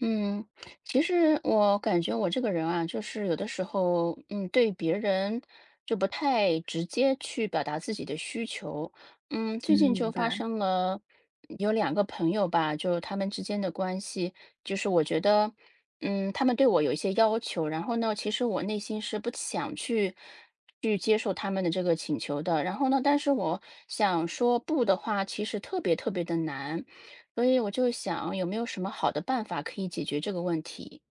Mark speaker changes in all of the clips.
Speaker 1: 嗯，其实我感觉我这个人啊，就是有的时候，对别人就不太直接去表达自己的需求。
Speaker 2: 嗯，
Speaker 1: 最近就
Speaker 2: 明
Speaker 1: 发
Speaker 2: 白。
Speaker 1: 生了有两个朋友吧，就他们之间的关系，就是我觉得，他们对我有一些要求，然后呢，其实我内心是不想去接受他们的这个请求的。然后呢，但是我想说不的话，其实特别特别的难。所以我就想，有没有什么好的办法可以解决这个问题？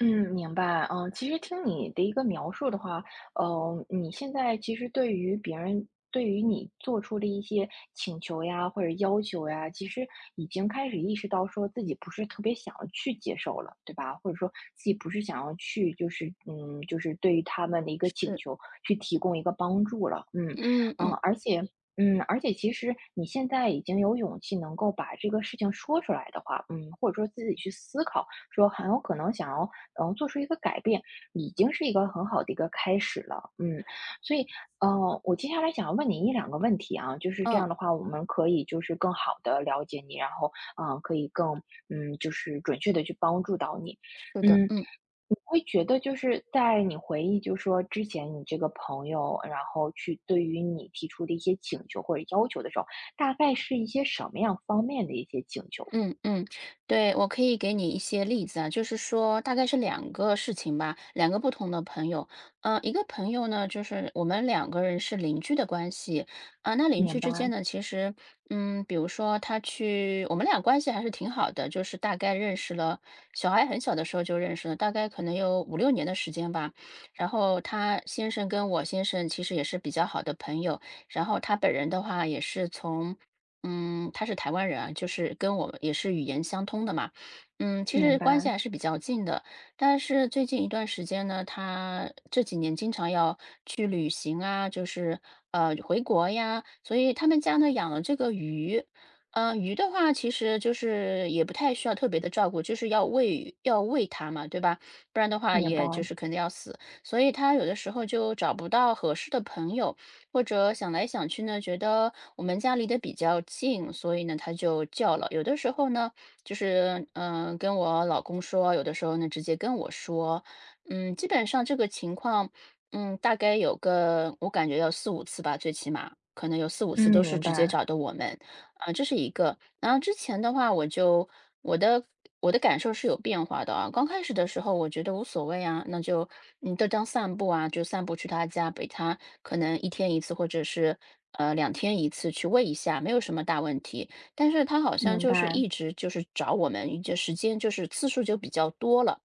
Speaker 2: 嗯，明白。嗯，其实听你的一个描述的话，你现在其实对于别人对于你做出的一些请求呀，或者要求呀，其实已经开始意识到说自己不是特别想要去接受了，对吧？或者说自己不是想要去，就是就是对于他们的一个请
Speaker 1: 是，
Speaker 2: 求去提供一个帮助了。嗯，
Speaker 1: 嗯
Speaker 2: 嗯，
Speaker 1: 嗯，
Speaker 2: 而且。而且其实你现在已经有勇气能够把这个事情说出来的话，嗯，或者说自己去思考，说很有可能想要做出一个改变，已经是一个很好的一个开始了。嗯，所以我接下来想要问你一两个问题啊，就是这
Speaker 1: 嗯，
Speaker 2: 样的话，我们可以就是更好的了解你，然后可以更就是准确的去帮助到你。
Speaker 1: 是的，
Speaker 2: 嗯，
Speaker 1: 嗯。
Speaker 2: 你会觉得就是在你回忆，就说之前你这个朋友，然后去对于你提出的一些请求或者要求的时候，大概是一些什么样方面的一些请求呢？
Speaker 1: 嗯嗯，对，我可以给你一些例子啊，就是说大概是两个事情吧，两个不同的朋友。一个朋友呢，就是我们两个人是邻居的关系啊，那邻
Speaker 2: 明
Speaker 1: 居之间
Speaker 2: 白，
Speaker 1: 呢，其实，比如说他去，我们俩关系还是挺好的，就是大概认识了，小孩很小的时候就认识了，大概可能有五六年的时间吧。然后他先生跟我先生其实也是比较好的朋友，然后他本人的话也是从。他是台湾人啊，就是跟我们也是语言相通的嘛，其
Speaker 2: 明
Speaker 1: 实关系
Speaker 2: 白，
Speaker 1: 还是比较近的。但是最近一段时间呢，他这几年经常要去旅行啊，就是回国呀，所以他们家呢养了这个鱼，鱼的话其实就是也不太需要特别的照顾，就是要喂它嘛，对吧？不然的话
Speaker 2: 明
Speaker 1: 也就
Speaker 2: 白。
Speaker 1: 是肯定要死，所以他有的时候就找不到合适的朋友。或者想来想去呢，觉得我们家离得比较近，所以呢，他就叫了。有的时候呢，就是跟我老公说；有的时候呢，直接跟我说。基本上这个情况，大概有个我感觉要四五次吧，最起码可能有四五次都
Speaker 2: 嗯，
Speaker 1: 是
Speaker 2: 明
Speaker 1: 直接
Speaker 2: 白，
Speaker 1: 找的我们。这是一个。然后之前的话，我的我的感受是有变化的啊。刚开始的时候，我觉得无所谓啊，那就就当散步啊，就散步去他家，给他可能一天一次，或者是两天一次去喂一下，没有什么大问题。但是他好像
Speaker 2: 明
Speaker 1: 就是
Speaker 2: 白。
Speaker 1: 一直就是找我们，就时间就是次数就比较多了，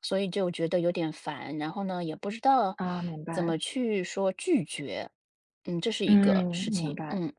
Speaker 1: 所以就觉得有点烦。然后呢，也不知道
Speaker 2: 啊，明
Speaker 1: 怎
Speaker 2: 白。
Speaker 1: 么去说拒绝，这是一个
Speaker 2: 嗯，
Speaker 1: 事
Speaker 2: 明
Speaker 1: 情，
Speaker 2: 白。
Speaker 1: 嗯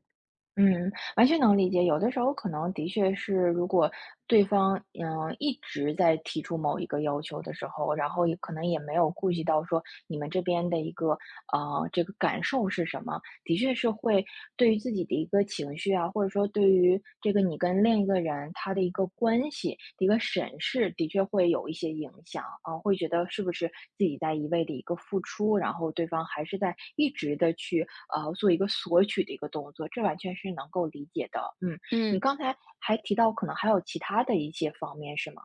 Speaker 2: 嗯，完全能理解。有的时候可能的确是，如果对方一直在提出某一个要求的时候，然后也可能也没有顾及到说你们这边的一个这个感受是什么，的确是会对于自己的一个情绪啊，或者说对于这个你跟另一个人他的一个关系的一个审视，的确会有一些影响啊，会觉得是不是自己在一味的一个付出，然后对方还是在一直的去做一个索取的一个动作，这完全是能够理解的。嗯，
Speaker 1: 嗯。
Speaker 2: 你刚才还提到可能还有其他的一些方面是吗？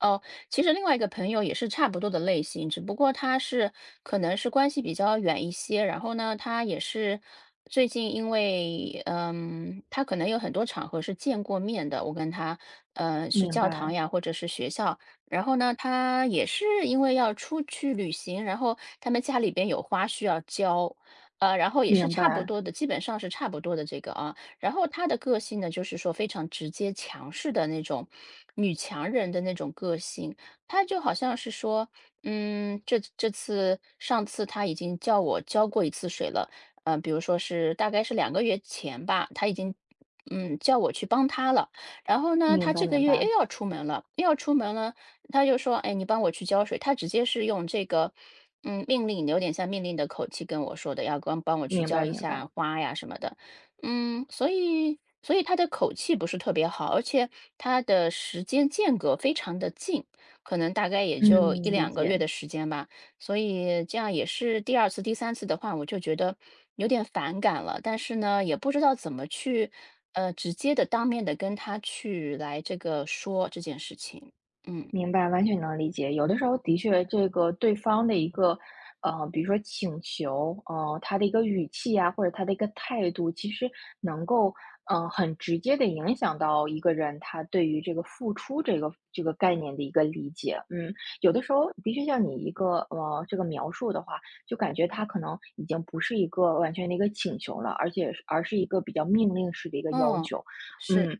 Speaker 1: 哦，其实另外一个朋友也是差不多的类型，只不过他是可能是关系比较远一些，然后呢，他也是最近因为他可能有很多场合是见过面的，我跟他是
Speaker 2: 明
Speaker 1: 教堂
Speaker 2: 白，
Speaker 1: 呀，或者是学校，然后呢，他也是因为要出去旅行，然后他们家里边有花需要浇，然后也是
Speaker 2: 明
Speaker 1: 差不
Speaker 2: 白，
Speaker 1: 多的，基本上是差不多的这个啊。然后她的个性呢，就是说非常直接、强势的那种女强人的那种个性。她就好像是说，这这次上次她已经叫我浇过一次水了，比如说是大概是两个月前吧，她已经叫我去帮她了。然后呢，她
Speaker 2: 明白，
Speaker 1: 这个
Speaker 2: 明
Speaker 1: 月又
Speaker 2: 白，
Speaker 1: 要出门了又要出门了，她就说：“哎，你帮我去浇水。”她直接是用这个，有点像命令的口气跟我说的，要帮帮我去
Speaker 2: 明
Speaker 1: 浇
Speaker 2: 白，
Speaker 1: 一
Speaker 2: 明白。
Speaker 1: 下花呀什么的。所以他的口气不是特别好，而且他的时间间隔非常的近，可能大概也就一
Speaker 2: 嗯，理
Speaker 1: 两个月
Speaker 2: 解。
Speaker 1: 的时间吧。所以这样也是第二次、第三次的话，我就觉得有点反感了，但是呢，也不知道怎么去，直接的当面的跟他去来这个说这件事情。嗯，
Speaker 2: 明白，完全能理解。有的时候的确，这个对方的一个，比如说请求，他的一个语气啊，或者他的一个态度，其实能够，很直接的影响到一个人他对于这个付出这个这个概念的一个理解。嗯，有的时候的确像你一个，这个描述的话，就感觉他可能已经不是一个完全的一个请求了，而且是而是一个比较命令式的一个要
Speaker 1: 哦，
Speaker 2: 求。
Speaker 1: 是，
Speaker 2: 嗯，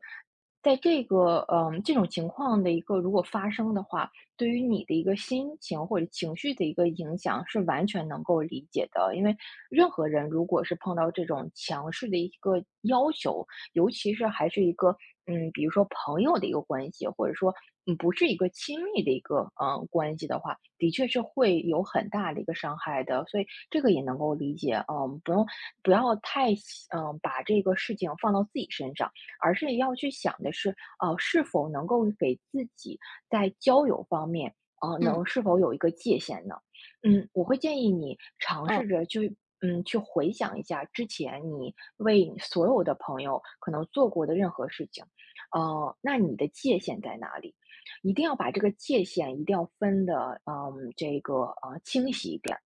Speaker 2: 在这个，嗯，这种情况的一个如果发生的话，对于你的一个心情或者情绪的一个影响是完全能够理解的。因为任何人如果是碰到这种强势的一个要求，尤其是还是一个，比如说朋友的一个关系，或者说，不是一个亲密的一个，关系的话，的确是会有很大的一个伤害的。所以这个也能够理解，嗯，不要太，把这个事情放到自己身上。而是要去想的是，是否能够给自己在交友方面，
Speaker 1: 嗯，
Speaker 2: 能是否有一个界限呢？嗯，我会建议你尝
Speaker 1: 哦，
Speaker 2: 试着去，嗯，去回想一下之前你为你所有的朋友可能做过的任何事情，那你的界限在哪里？一定要把这个界限一定要分的，嗯，这个清晰一点。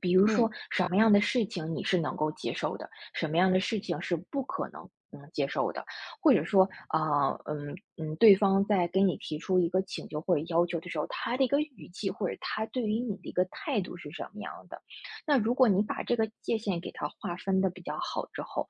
Speaker 2: 比如
Speaker 1: 嗯，
Speaker 2: 说什么样的事情你是能够接受的，什么样的事情是不可能接受的，或者说对方在跟你提出一个请求或者要求的时候，他的一个语气或者他对于你的一个态度是什么样的？那如果你把这个界限给它划分的比较好之后，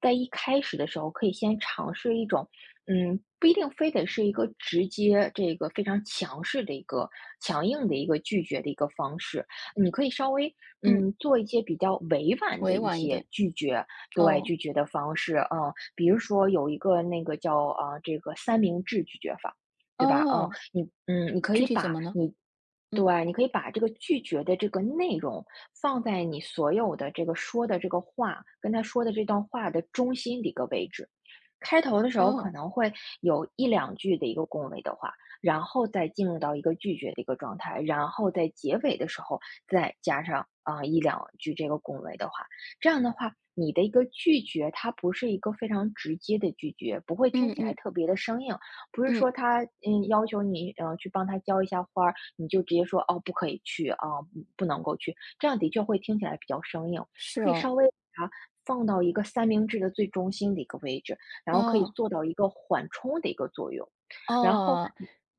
Speaker 2: 在一开始的时候，可以先尝试一种，嗯，不一定非得是一个直接这个非常强势的一个强硬的一个拒绝的一个方式，你可以稍微
Speaker 1: 嗯，
Speaker 2: 做一些比较委婉的
Speaker 1: 委
Speaker 2: 一
Speaker 1: 婉一
Speaker 2: 些
Speaker 1: 点，
Speaker 2: 拒绝，对，
Speaker 1: 哦，
Speaker 2: 拒绝的方式，嗯，比如说有一个那个叫这个三明治拒绝法，对吧？嗯，
Speaker 1: 哦，
Speaker 2: 你可
Speaker 1: 具
Speaker 2: 以
Speaker 1: 体怎
Speaker 2: 把
Speaker 1: 么呢？
Speaker 2: 你
Speaker 1: 嗯，
Speaker 2: 对，你可以把这个拒绝的这个内容放在你所有的这个说的这个话，跟他说的这段话的中心的一个位置。开头的时候可
Speaker 1: 哦，
Speaker 2: 能会有一两句的一个恭维的话，然后再进入到一个拒绝的一个状态，然后在结尾的时候。再加上一两句这个恭维的话，这样的话，你的一个拒绝，它不是一个非常直接的拒绝，不会
Speaker 1: 嗯
Speaker 2: 听起来
Speaker 1: 嗯
Speaker 2: 特别的生硬，不是
Speaker 1: 嗯。
Speaker 2: 说他要求你去帮他浇一下花儿，你就直接说哦不可以去啊、不能够去，这样的确会听起来比较生硬，
Speaker 1: 是
Speaker 2: 可以
Speaker 1: 哦，
Speaker 2: 稍微把它放到一个三明治的最中心的一个位置，然后可以
Speaker 1: 哦，
Speaker 2: 做到一个缓冲的一个作用，然后
Speaker 1: 哦，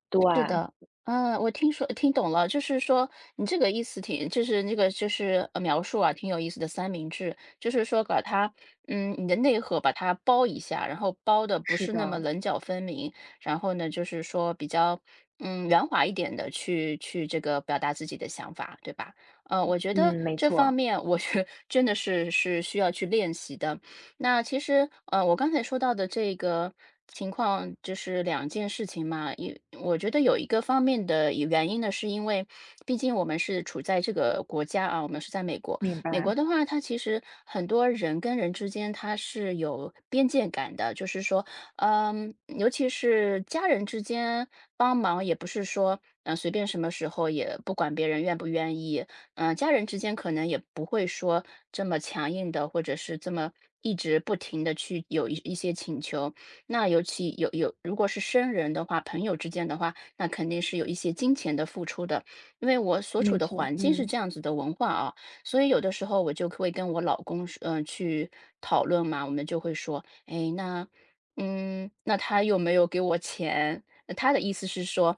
Speaker 2: 对，
Speaker 1: 是的，我听懂了，就是说你这个意思挺，就是那个描述啊，挺有意思的三明治，就是说把它，你的内核把它包一下，然后包的不
Speaker 2: 是
Speaker 1: 是那么
Speaker 2: 的，
Speaker 1: 棱角分明，然后呢，就是说比较，圆滑一点的去这个表达自己的想法，对吧？我觉得
Speaker 2: 嗯，没
Speaker 1: 这方
Speaker 2: 错，
Speaker 1: 面我是 真的是需要去练习的，那其实，我刚才说到的这个情况就是两件事情嘛，一我觉得有一个方面的原因呢，是因为毕竟我们是处在这个国家啊，我们是在美国。
Speaker 2: 明
Speaker 1: 美
Speaker 2: 白。
Speaker 1: 国的话，它其实很多人跟人之间它是有边界感的，就是说，尤其是家人之间帮忙，也不是说，随便什么时候也不管别人愿不愿意，家人之间可能也不会说这么强硬的，或者是这么一直不停的去有一些请求。那尤其有，如果是生人的话，朋友之间的话，那肯定是有一些金钱的付出的。因为我所处
Speaker 2: 没
Speaker 1: 的
Speaker 2: 错，
Speaker 1: 环境是
Speaker 2: 嗯，
Speaker 1: 这样子的文化啊，所以有的时候我就会跟我老公去讨论嘛，我们就会说，哎，那，那他又没有给我钱？那他的意思是说，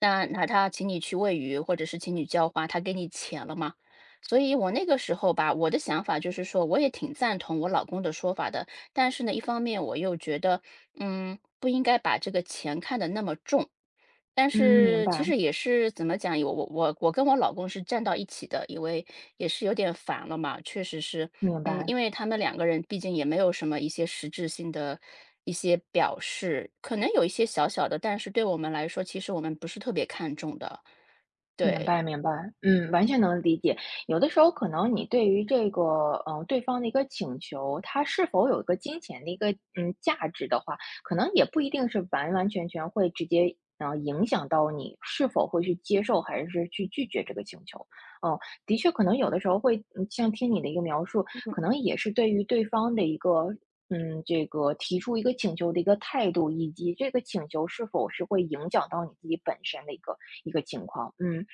Speaker 1: 那他请你去喂鱼，或者是请你浇花，他给你钱了吗？所以我那个时候吧，我的想法就是说，我也挺赞同我老公的说法的，但是呢，一方面我又觉得，不应该把这个钱看得那么重。但
Speaker 2: 嗯，明
Speaker 1: 是其
Speaker 2: 白，
Speaker 1: 实也是怎么讲，我跟我老公是站到一起的，因为也是有点烦了嘛，确实是，
Speaker 2: 明白。
Speaker 1: 因为他们两个人毕竟也没有什么一些实质性的一些表示，可能有一些小小的，但是对我们来说，其实我们不是特别看重的。
Speaker 2: 明
Speaker 1: 对，
Speaker 2: 白明白，嗯，完全能理解。有的时候可能你对于这个，对方的一个请求，它是否有一个金钱的一个，价值的话，可能也不一定是完完全全会直接，影响到你是否会去接受，还是去拒绝这个请求。嗯，的确，可能有的时候会，嗯像听你的一个描述，可能也是对于对方的一个。嗯，这个提出一个请求的一个态度，以及这个请求是否是会影响到你自己本身的一个情况。嗯，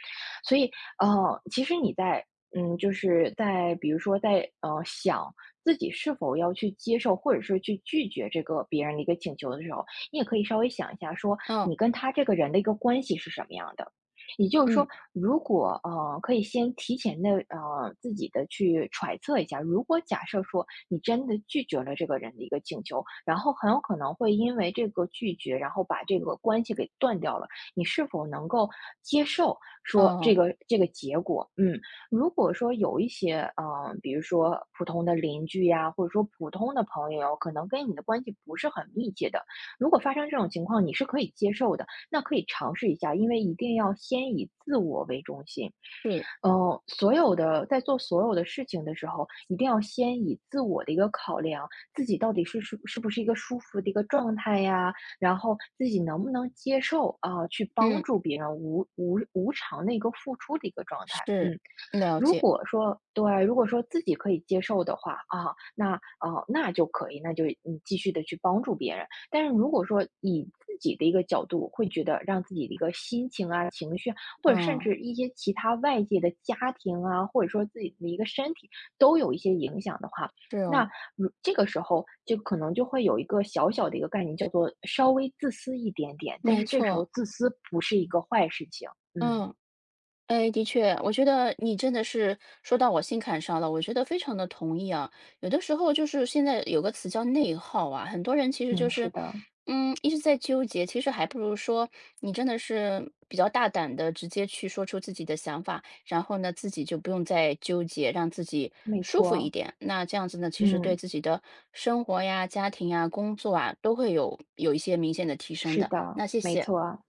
Speaker 2: 所以，其实你在，就是在比如说在，想自己是否要去接受，或者是去拒绝这个别人的一个请求的时候，你也可以稍微想一下，说
Speaker 1: 嗯
Speaker 2: 你跟他这个人的一个关系是什么样的。也就是
Speaker 1: 嗯
Speaker 2: 说，如果可以先提前的自己的去揣测一下，如果假设说你真的拒绝了这个人的一个请求，然后很有可能会因为这个拒绝，然后把这个关系给断掉了，你是否能够接受说这
Speaker 1: 哦，
Speaker 2: 个这个结果，嗯，如果说有一些比如说普通的邻居呀，或者说普通的朋友，可能跟你的关系不是很密切的，如果发生这种情况，你是可以接受的，那可以尝试一下，因为一定要先以自我为中心。
Speaker 1: 是，
Speaker 2: 嗯，所有的在做所有的事情的时候，一定要先以自我的一个考量，自己到底是不是一个舒服的一个状态呀，然后自己能不能接受啊，去帮
Speaker 1: 嗯
Speaker 2: 助别人无偿的一个付出的一个状态，
Speaker 1: 是，
Speaker 2: 嗯。
Speaker 1: 了
Speaker 2: 如
Speaker 1: 解，
Speaker 2: 果说对，如果说自己可以接受的话啊，那哦，那就可以，那就你继续的去帮助别人。但是如果说以自己的一个角度，会觉得让自己的一个心情啊、情绪，或者甚
Speaker 1: 嗯
Speaker 2: 至一些其他外界的家庭啊，或者说自己的一个身体都有一些影响的话，
Speaker 1: 是
Speaker 2: 那
Speaker 1: 哦，
Speaker 2: 如这个时候就可能就会有一个小小的一个概念，叫做稍微自私一点点。但
Speaker 1: 没
Speaker 2: 是这个时候
Speaker 1: 错，
Speaker 2: 自私不是一个坏事情，嗯
Speaker 1: 嗯。哎，的确，我觉得你真的是说到我心坎上了，我觉得非常的同意啊。有的时候就是现在有个词叫内耗啊，很多人其实就
Speaker 2: 嗯，
Speaker 1: 是，
Speaker 2: 是的，
Speaker 1: 一直在纠结，其实还不如说你真的是比较大胆的，直接去说出自己的想法，然后呢，自己就不用再纠结，让自己
Speaker 2: 没
Speaker 1: 舒服一
Speaker 2: 错，
Speaker 1: 点。那这样子呢，其实对
Speaker 2: 嗯。
Speaker 1: 自己的生活呀、家庭呀、工作啊，都会有一些明显的提升
Speaker 2: 是
Speaker 1: 的，
Speaker 2: 的，
Speaker 1: 那谢
Speaker 2: 没
Speaker 1: 谢。
Speaker 2: 错啊。